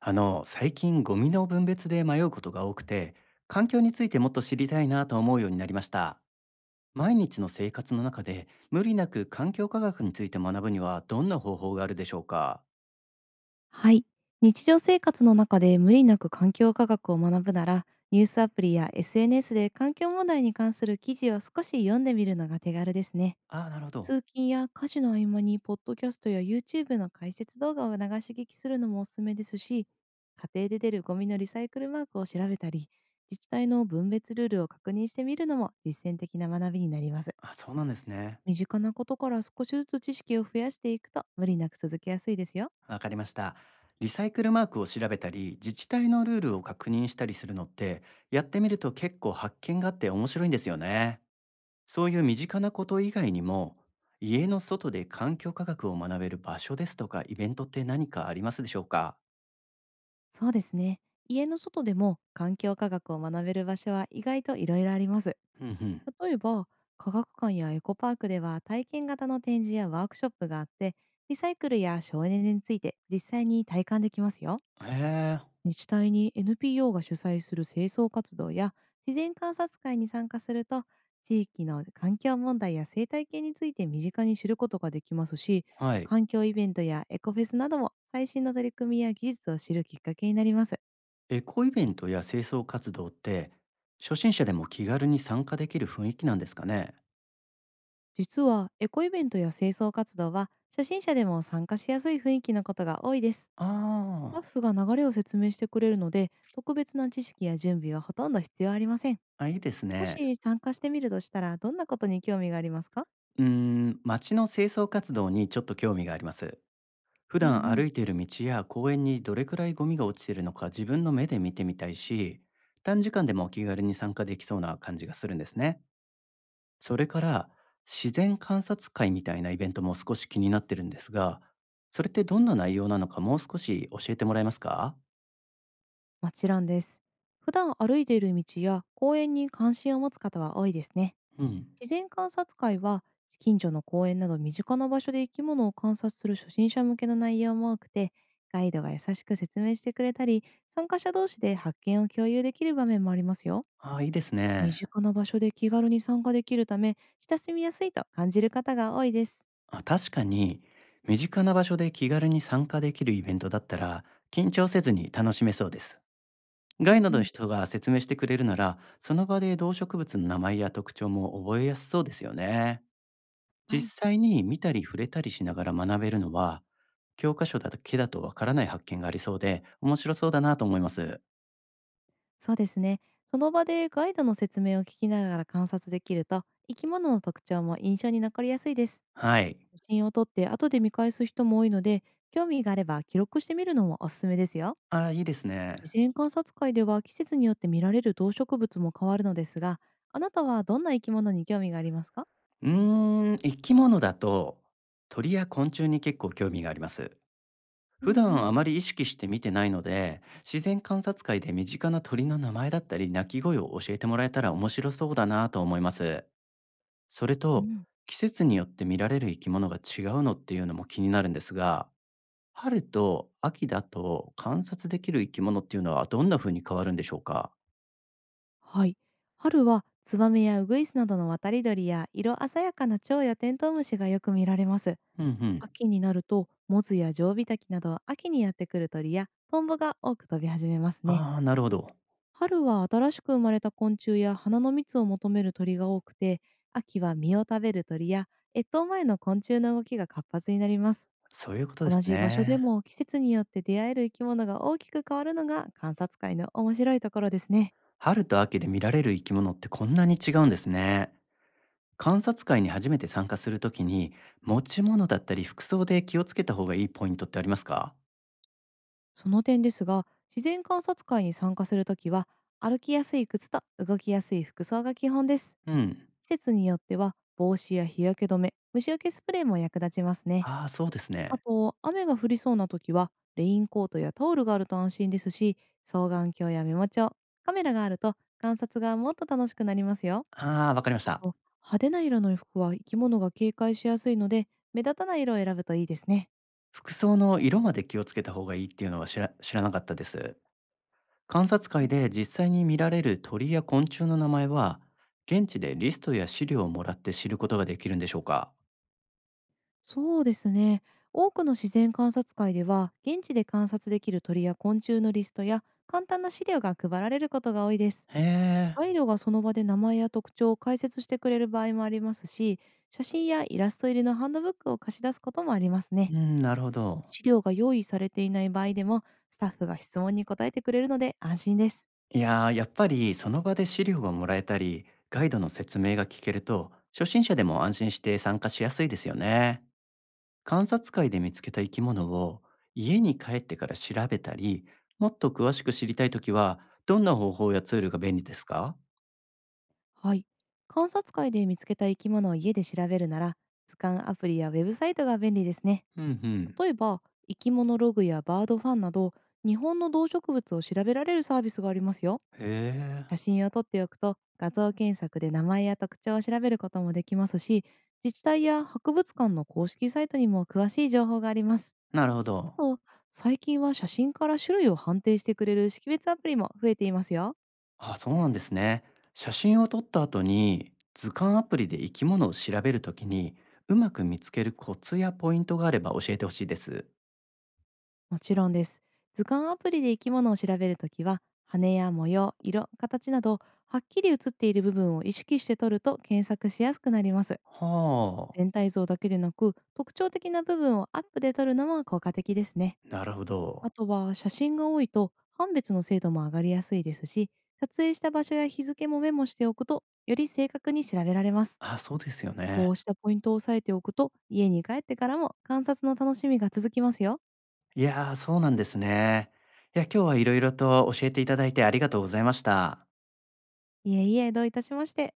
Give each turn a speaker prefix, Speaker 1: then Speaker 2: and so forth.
Speaker 1: 最近ゴミの分別で迷うことが多くて、環境についてもっと知りたいなと思うようになりました。毎日の生活の中で無理なく環境科学について学ぶにはどんな方法があるでしょうか。
Speaker 2: はい。日常生活の中で無理なく環境科学を学ぶなら、ニュースアプリや SNS で環境問題に関する記事を少し読んでみるのが手軽ですね。
Speaker 1: ああー、なるほど。
Speaker 2: 通勤や家事の合間に、ポッドキャストや YouTube の解説動画を流し聞きするのもおすすめですし、家庭で出るゴミのリサイクルマークを調べたり、自治体の分別ルールを確認してみるのも実践的な学びになります。
Speaker 1: あ、そうなんですね。
Speaker 2: 身近なことから少しずつ知識を増やしていくと無理なく続けやすいですよ。
Speaker 1: わかりました。リサイクルマークを調べたり、自治体のルールを確認したりするのって、やってみると結構発見があって面白いんですよね。そういう身近なこと以外にも、家の外で環境科学を学べる場所ですとか、イベントって何かありますでしょうか？
Speaker 2: そうですね。家の外でも環境科学を学べる場所は意外といろいろあります。
Speaker 1: うんうん。
Speaker 2: 例えば、科学館やエコパークでは体験型の展示やワークショップがあって、リサイクルや省エネについて実際に体感できますよ。
Speaker 1: へえ、
Speaker 2: 自治体に NPO が主催する清掃活動や自然観察会に参加すると、地域の環境問題や生態系について身近に知ることができますし、
Speaker 1: はい。
Speaker 2: 環境イベントやエコフェスなども最新の取り組みや技術を知るきっかけになります。
Speaker 1: エコイベントや清掃活動って、初心者でも気軽に参加できる雰囲気なんですかね？
Speaker 2: 実はエコイベントや清掃活動は初心者でも参加しやすい雰囲気のことが多いです。スタッ
Speaker 1: あ
Speaker 2: フが流れを説明してくれるので特別な知識や準備はほとんど必要ありません。
Speaker 1: あ、あ、いいです
Speaker 2: も
Speaker 1: ね。
Speaker 2: し参加してみるとしたらどんなことに興味がありますか？
Speaker 1: うーん、街の清掃活動にちょっと興味があります。普
Speaker 2: うんう
Speaker 1: 段歩
Speaker 2: ん。
Speaker 1: いている道や公園にどれくらいゴミが落ちているのか自分の目で見てみたいし、短時間でもお気軽に参加できそうな感じがするんですね。それから、自然観察会みたいなイベントも少し気になってるんですが、それってどんな内容なのかもう少し教えてもらえますか。
Speaker 2: もちろんです。普段歩いている道や公園に関心を持つ方は多いですね。
Speaker 1: うん。
Speaker 2: 自然観察会は近所の公園など身近な場所で生き物を観察する初心者向けの内容も多くて、ガイドが優しく説明してくれたり、参加者同士で発見を共有できる場面もありますよ。
Speaker 1: ああ、いいです
Speaker 2: 身
Speaker 1: ね。
Speaker 2: 近な場所で気軽に参加できるため、親しみやすいと感じる方が多いです。
Speaker 1: あ、確かに、身近な場所で気軽に参加できるイベントだったら、緊張せずに楽しめそうです。
Speaker 2: うん
Speaker 1: ガ
Speaker 2: う
Speaker 1: イドの
Speaker 2: ん。
Speaker 1: 人が説明してくれるなら、その場で動植物の名前や特徴も覚えやすそうですよね。
Speaker 2: はい。
Speaker 1: 実際に見たり触れたりしながら学べるのは、教科書だけだとわからない発見がありそうで、面白そうだなと思います。
Speaker 2: そうですね。その場でガイドの説明を聞きながら観察できると、生き物の特徴も印象に残りやすいです。
Speaker 1: はい。
Speaker 2: 写真を撮って後で見返す人も多いので、興味があれば記録してみるのもおすすめですよ。
Speaker 1: ああ、いいですね。
Speaker 2: 自然観察会では季節によって見られる動植物も変わるのですが、あなたはどんな生き物に興味がありますか？
Speaker 1: うーん、生き物だと鳥や昆虫に結構興味があります。
Speaker 2: うん
Speaker 1: 普
Speaker 2: う
Speaker 1: 段
Speaker 2: ん。
Speaker 1: あまり意識して見てないので、自然観察会で身近な鳥の名前だったり鳴き声を教えてもらえたら面白そうだなと思います。それ
Speaker 2: う
Speaker 1: と、
Speaker 2: ん。
Speaker 1: 季節によって見られる生き物が違うのっていうのも気になるんですが、春と秋だと観察できる生き物っていうのはどんな風に変わるんでしょうか？
Speaker 2: はい。春はツバメやウグイスなどの渡り鳥や色鮮やかな蝶やテントウムシがよく見られます。
Speaker 1: うんうん。
Speaker 2: 秋になるとモズやジョウビタキなど秋にやってくる鳥やトンボが多く飛び始めますね。
Speaker 1: ああ、なるほど。
Speaker 2: 春は新しく生まれた昆虫や花の蜜を求める鳥が多くて、秋は実を食べる鳥や越冬前の昆虫の動きが活発になります。
Speaker 1: そういうことです
Speaker 2: 同じ場所で
Speaker 1: ね。
Speaker 2: も季節によって出会える生き物が大きく変わるのが観察会の面白いところですね。
Speaker 1: 春と秋で見られる生き物ってこんなに違うんですね。観察会に初めて参加するときに、持ち物だったり服装で気をつけた方がいいポイントってありますか？
Speaker 2: その点ですが、自然観察会に参加するときは、歩きやすい靴と動きやすい服装が基本です。
Speaker 1: うん。
Speaker 2: 季節によっては帽子や日焼け止め、虫除けスプレーも役立ちますね。
Speaker 1: ああ、そうです
Speaker 2: あ
Speaker 1: ね。
Speaker 2: と、雨が降りそうな時は、レインコートやタオルがあると安心ですし、双眼鏡やメモ帳、カメラがあると観察がもっと楽しくなりますよ。
Speaker 1: ああ、わかりまし
Speaker 2: あ
Speaker 1: た。
Speaker 2: と、派手な色の服は生き物が警戒しやすいので、目立たない色を選ぶといいですね。
Speaker 1: 服装の色まで気をつけた方がいいっていうのは知らなかったです。観察会で実際に見られる鳥や昆虫の名前は、現地でリストや資料をもらって知ることができるんでしょうか。
Speaker 2: そうですね。多くの自然観察会では、現地で観察できる鳥や昆虫のリストや簡単な資料が配られることが多いです。
Speaker 1: へえ、
Speaker 2: ガイドがその場で名前や特徴を解説してくれる場合もありますし、写真やイラスト入りのハンドブックを貸し出すこともありますね。
Speaker 1: うん、なるほど。
Speaker 2: 資料が用意されていない場合でも、スタッフが質問に答えてくれるので安心です。
Speaker 1: いやー、やっぱりその場で資料がもらえたり、ガイドの説明が聞けると、初心者でも安心して参加しやすいですよね。観察会で見つけた生き物を家に帰ってから調べたり、もっと詳しく知りたいときは、どんな方法やツールが便利ですか。
Speaker 2: はい。観察会で見つけた生き物を家で調べるなら、図鑑アプリやウェブサイトが便利ですね。
Speaker 1: うんうん。
Speaker 2: 例えば、生き物ログやバードファンなど、日本の動植物を調べられるサービスがありますよ。
Speaker 1: へえ。
Speaker 2: 写真を撮っておくと画像検索で名前や特徴を調べることもできますし、自治体や博物館の公式サイトにも詳しい情報があります。
Speaker 1: なるほ
Speaker 2: あ
Speaker 1: ど。
Speaker 2: と、最近は写真から種類を判定してくれる識別アプリも増えていますよ。
Speaker 1: あ、そうなんですね。写真を撮った後に図鑑アプリで生き物を調べるときにうまく見つけるコツやポイントがあれば教えてほしいです。
Speaker 2: もちろんです。図鑑アプリで生き物を調べるときは、羽や模様、色、形などはっきり写っている部分を意識して撮ると検索しやすくなります。
Speaker 1: はあ、
Speaker 2: 全体像だけでなく特徴的な部分をアップで撮るのも効果的ですね。
Speaker 1: なるほ
Speaker 2: あ
Speaker 1: ど。
Speaker 2: とは写真が多いと判別の精度も上がりやすいですし、撮影した場所や日付もメモしておくと、より正確に調べられます。
Speaker 1: あ、そうですよね。
Speaker 2: こうしたポイントを押さえておくと、家に帰ってからも観察の楽しみが続きますよ。
Speaker 1: いやー、そうなんですね。いや、今日はいろいろと教えていただいてありがとうございました。
Speaker 2: いえいえ、どういたしまして。